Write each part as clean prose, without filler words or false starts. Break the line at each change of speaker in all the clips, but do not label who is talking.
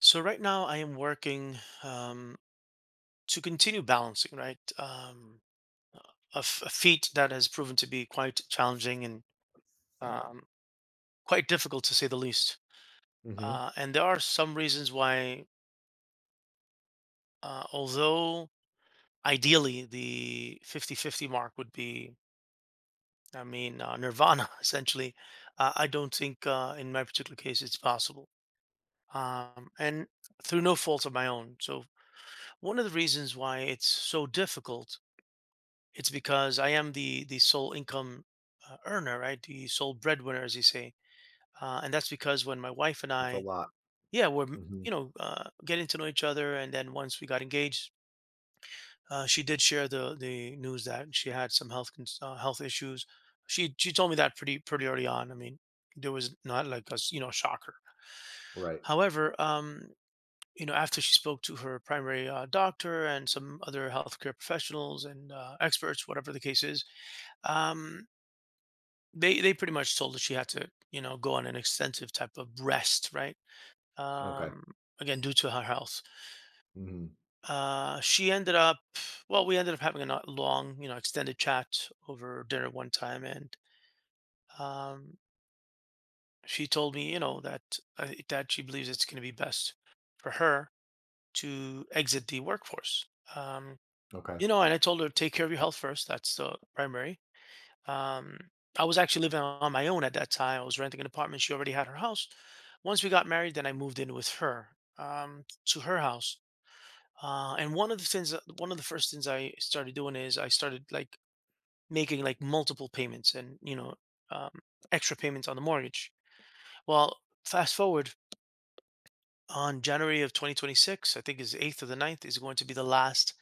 So right now I am working um, to continue balancing, right? A a feat that has proven to be quite challenging and um, quite difficult to say the least.
Mhm.
And there are some reasons why, although ideally the fifty-fifty mark would be, I mean, nirvana essentially, I don't think in my particular case it's possible. And through no fault of my own. So, one of the reasons why it's so difficult. It's because I am the sole income earner, right? The sole breadwinner, as you say. And that's because when my wife and
It's a
I,
lot.
yeah, we're m-
Mhm.
you know uh, getting to know each other, and then once we got engaged, she did share the news that she had some health issues. She told me that pretty early on. I mean, there was not like a shocker.
Right.
However, after she spoke to her primary doctor and some other healthcare professionals and experts, whatever the case is, um, they pretty much told her she had to, you know, go on an extensive type of rest, right?
Okay.
Um, again, due to her health.
Mhm.
She ended up, well, we ended up having a not long, you know, extended chat over dinner one time, and um, she told me, you know, that that she believes it's going to be best for her to exit the workforce. Um,
Okay.
and I told her take care of your health first. That's the primary Um, I was actually living on my own at that time. I was renting an apartment. She already had her house. Once we got married, then I moved in with her to her house. And one of the one of the first things I started doing is I started like making like multiple payments and um, extra payments on the mortgage. Well, fast forward, on January of 2026, I think is 8th or the ninth is going to be the last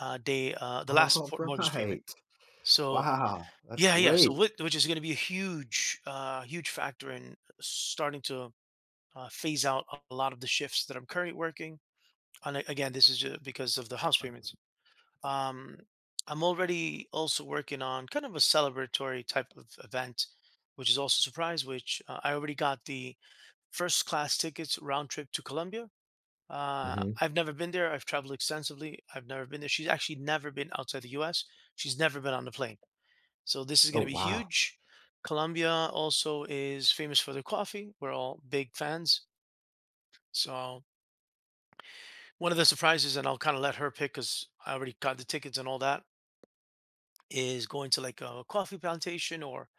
uh, day, uh, the last
All
por- mortgage payment.
right.
So
Wow, that's
yeah, yeah.
great.
So, which is going to be a huge, huge factor in starting to phase out a lot of the shifts that I'm currently working. And again, this is just because of the house payments. Um, I'm already also working on kind of a celebratory type of event, which is also a surprise, which I already got the first class tickets round trip to Colombia. Uh,
Mhm.
I've never been there. I've traveled extensively. I've never been there. She's actually never been outside the U.S. She's never been on a plane. So this is going
Oh,
to be
wow.
huge. Colombia also is famous for their coffee. We're all big fans. So one of the surprises, and I'll kind of let her pick because I already got the tickets and all that, is going to like a coffee plantation or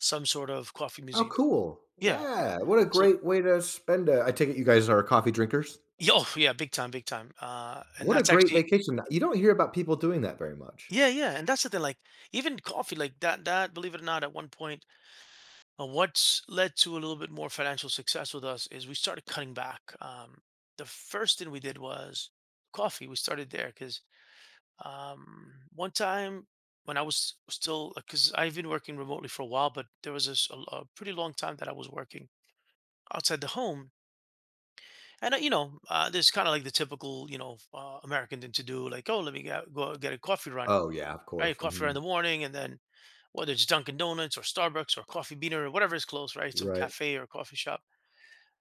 some sort of coffee
Oh,
museum.
cool.
Yeah.
Yeah, what a
So
great way to spend a I take it you guys are coffee drinkers?
yeah, oh yeah, big time, big time. And
What a
that's
great
actually,
vacation. You don't hear about people doing that very much.
yeah, yeah. And that's the thing, like even coffee, like that, that, believe it or not, at one point, what's led to a little bit more financial success with us is we started cutting back. The first thing we did was coffee. We started there because one time when I was still, because I've been working remotely for a while, but there was a pretty long time that I was working outside the home. And, this kind of like the typical, American thing to do, like, oh, go get a coffee run,
Oh, yeah, of
right?
course.
Coffee run in
Mhm.
the morning. And then whether it's Dunkin' Donuts or Starbucks or Coffee Beaner or whatever is close, right? Some
Right.
cafe or coffee shop,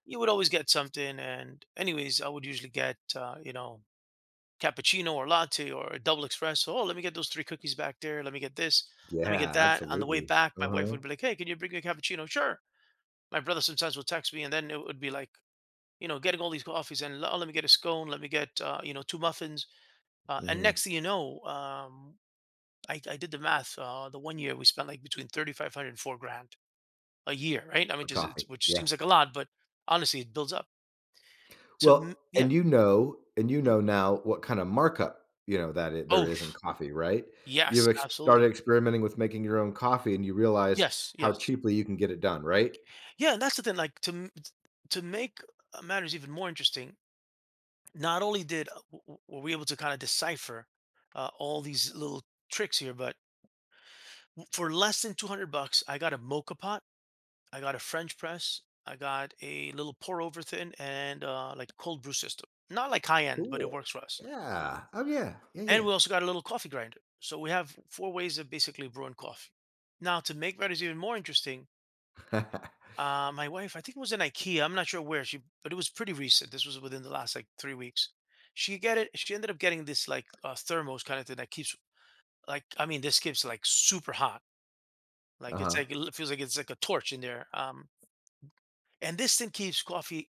you would always get something. And anyways, I would usually get cappuccino or latte or a double espresso. Oh, let me get those three cookies back there. Let me get this. Let me get
Yeah,
that. On the way
absolutely.
back, my wife
Uh-huh.
would be like, "Hey, can you bring me a cappuccino?" Sure. My brother sometimes would text me, and then it would be like getting all these coffees and, oh, let me get a scone. Let me get two muffins. And
Mhm.
next thing you know, I did the math. The one year we spent like between thirty five hundred and four grand a year, right? I
For
mean, just
coffee.
it's, which
Yeah.
seems like a lot, but honestly, it builds up. So
Well,
yeah.
and you know and you
Mhm.
know now what kind of markup, that it there
Oh,
is in coffee, right? You've
yes,
ex started
absolutely.
experimenting with making your own coffee, and you realize
Yes,
how
yes.
cheaply you can get it done, right?
Yeah, and that's the thing, like, to m t to make, matters even more interesting, not only did, w w were we able to kinda decipher, all these little tricks here, but w for less than 200 bucks, I got a mocha pot, I got a French press, I got a little pour over thing, and, like, cold brew system. Not, like, high end, but it
Cool.
works for us.
Yeah. Oh, yeah. Yeah,
And we also got a little coffee grinder. So we have 4 ways of basically brewing coffee. Now to make matters even more interesting.
yeah.
My wife, I think it was in IKEA. I'm not sure where she, but it was pretty recent. This was within the last like 3 weeks. She get it. She ended up getting this like thermos kind of thing that keeps, like I mean, this keeps like super hot. Like it's
Uh-huh.
feels like it's like a torch in there. And this thing keeps coffee.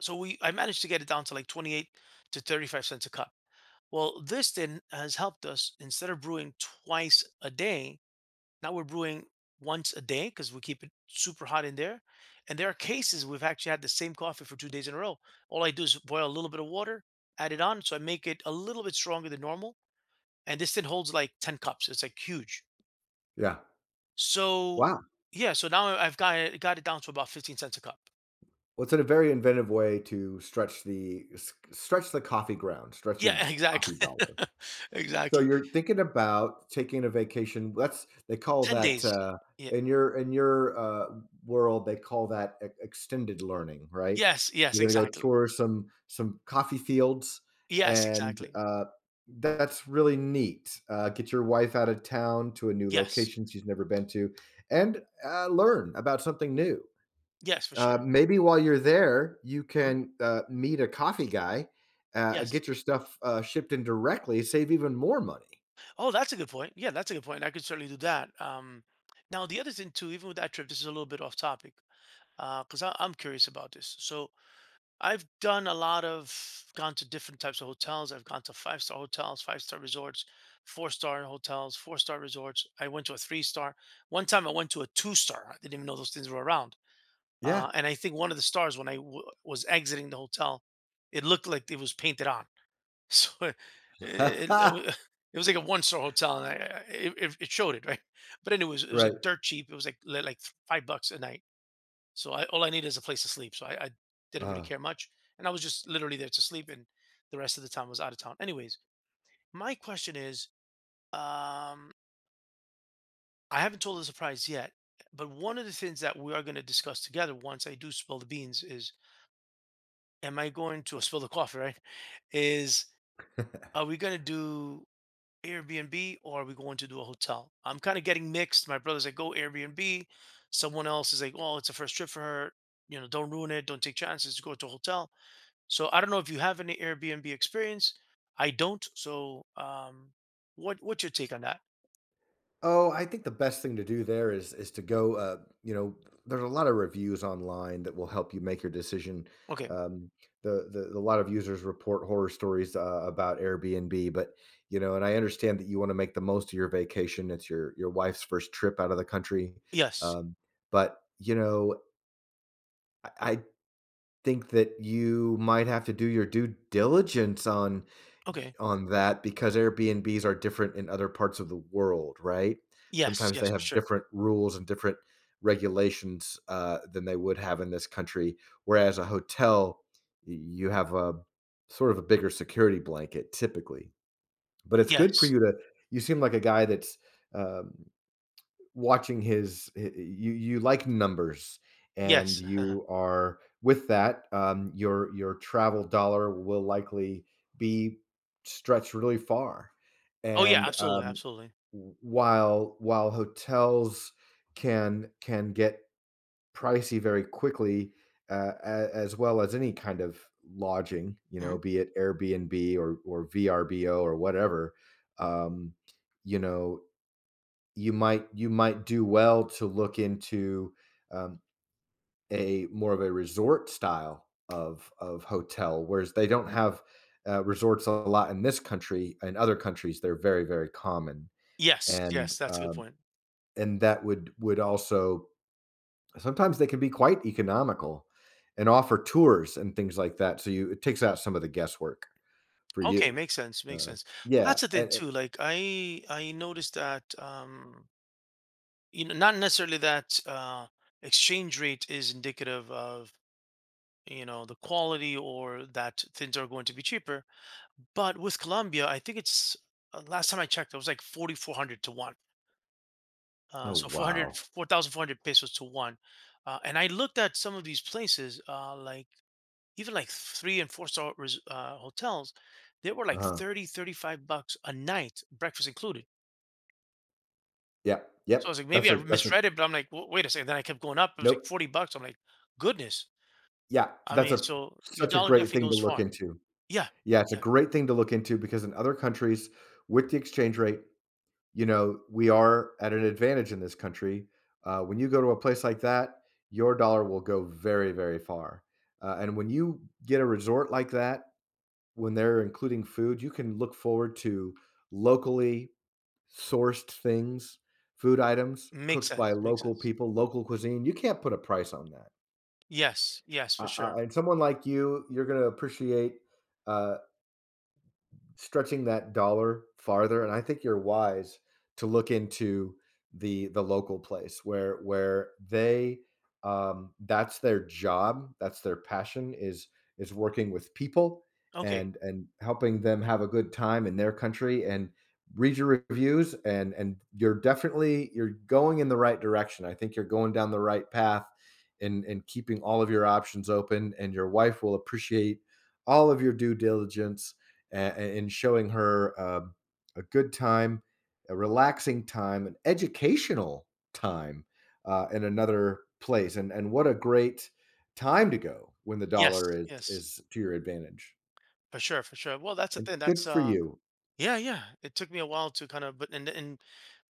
So we I managed to get it down to like 28 to 35 cents a cup. Well, this thing has helped us instead of brewing twice a day. Now we're brewing once a day because we keep it super hot in there. And there are cases we've actually had the same coffee for 2 days in a row. All I do is boil a little bit of water, add it on. So I make it a little bit stronger than normal. And this thing holds like 10 cups. It's like huge.
Yeah.
So
Wow.
yeah, so now I've got it down to about 15 cents a cup.
Well, it's a very inventive way to stretch the s stretch the coffee ground, stretch
Yeah,
your
exactly.
coffee dollar. So
exactly.
you're thinking about taking a vacation. That's they call
10
that
days. Yeah.
in your world. They call that extended learning, right?
Yes, yes,
You're going to go
exactly.
tour some coffee fields,
Yes,
and
exactly.
that's really neat. Get your wife out of town to a new
Yes.
location she's never been to, and learn about something new.
Yes, for sure.
Maybe while you're there, you
Mhm.
can meet a coffee guy,
Yes.
get your stuff shipped in directly, save even more money.
Oh, that's a good point. Yeah, that's a good point. I could certainly do that. Now, the other thing too, even with that trip, this is a little bit off topic because I'm curious about this. So I've done a lot of gone to different types of hotels. I've gone to five star hotels, five-star resorts, four-star hotels, four-star resorts. I went to a three star. One time I went to a two star. I didn't even know those things were around.
Yeah.
And I think one of the stars when I was exiting the hotel, it looked like it was painted on. So it wa it was like a one-star hotel, and I it it it showed it, right? But anyways, it was
Right.
like dirt cheap. It was like 5 bucks a night. So I, all I needed is a place to sleep. So I didn't really
uh
care much, and I was just literally there to sleep, and the rest of the time was out of town. Anyways, my question is, um, I haven't told the surprise yet, but one of the things that we are gonna discuss together once I do spill the beans is, am I going to spill the coffee, right? Is, are we gonna do Airbnb or are we going to do a hotel? I'm kind of getting mixed. My brother's like, go Airbnb. Someone else is like, oh, it's a first trip for her. You know, don't ruin it. Don't take chances. Go to a hotel. So I don't know if you have any Airbnb experience. I don't. So what's your take on that?
Oh, I think the best thing to do there is to go, there's a lot of reviews online that will help you make your decision.
Okay.
Um, the A lot of users report horror stories about Airbnb, but you know, and I understand that you want to make the most of your vacation. It's your wife's first trip out of the country,
Yes.
um, but you know, I think that you might have to do your due diligence
Okay.
on that because Airbnbs are different in other parts of the world, right?
Yes.
Sometimes they
Yes. For
have
sure.
different rules and different regulations, than they would have in this country, whereas a hotel, y you have a sort of a bigger security blanket typically. But it's good for
Yes.
you to you seem like a guy that's, um watching his h you like numbers, and
Yes.
you are with that, your travel dollar will likely be stretched really far,
Oh yeah.
and,
Absolutely. Absolutely.
w while hotels can get pricey very quickly, a as well as any kind of lodging, you know,
Mhm.
be it Airbnb or VRBO or whatever, um, you know you might do well to look into um, a more of a resort style of hotel, whereas they don't have resorts a lot in this country. In other countries, they're very very common,
Yes.
and
Yes. That's a good
um,
point.
and that would also sometimes they can be quite economical and offer tours and things like that. So you it takes out some of the guesswork for
Okay.
you.
Makes sense. Makes
Uh,
sense. Well,
yeah.
that's the thing too. Like I noticed that. You know, not necessarily that exchange rate is indicative of, you know, the quality, or that things are going to be cheaper, but with Colombia I think it's, last time I checked, it was like 4400 to 1,
Oh,
so 400,
wow.
4,400 pesos to 1, and I looked at some of these places, like even like three and four star hotels, they were
Uh
like
huh.
30, $35 a night, breakfast included.
Yeah.
So I
Yep.
was like,
That's
maybe I
a
misread it, but I'm like, "Wa- wait a second," then I kept going up, it was like
nope.
40 bucks. I'm like, goodness.
Yeah,
I
that's
mean,
a
so your
such a
dollar
great
definitely
thing to
goes
look
far.
into.
Yeah,
Yeah, it's a
yeah.
great thing to look into because in other countries with the exchange rate, you know, we are at an advantage in this country. When you go to a place like that, your dollar will go very, very far. And when you get a resort like that, when they're including food, you can look forward to locally sourced things, food items
Makes
cooked by
sense, makes
local
sense.
people, local cuisine. You can't put a price on that.
Yes, yes, for sure.
I and someone like you, you're gonna appreciate, uh, stretching that dollar farther, and I think you're wise to look into the local place where they um, that's their job, that's their passion is working with people,
Okay.
and helping them have a good time in their country, and read your reviews, and you're definitely you're going in the right direction. I think you're going down the right path and keeping all of your options open, and your wife will appreciate all of your due diligence, and showing her a good time, a relaxing time, an educational time in another place. And what a great time to go when the
Yes,
dollar
yes.
is to your advantage.
For sure, for sure. Well, that's the
And
thing.
good
That's
for you.
Yeah, yeah. It took me a while to kind of, but and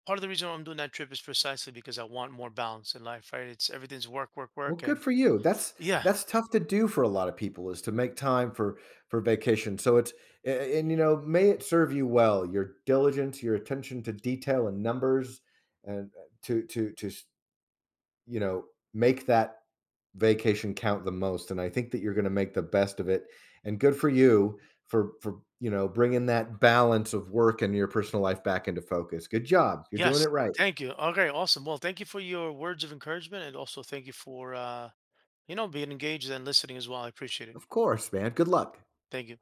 part of the reason why I'm doing that trip is precisely because I want more balance in life, right? It's everything's work, work,
Well,
work,
good
and
for you.
yeah.
That's tough to do for a lot of people is to make time for vacation. So it's and you know may it serve you well. Your diligence, your attention to detail and numbers, and you know make that vacation count the most, and I think that you're going to make the best of it, and good for you for you know bringing that balance of work and your personal life back into focus. Good job, you're doing it
Yes.
right.
Thank you. Okay, awesome. Well, thank you for your words of encouragement and also thank you for being engaged and listening as well. I appreciate it.
Of course, man, good luck.
Thank you.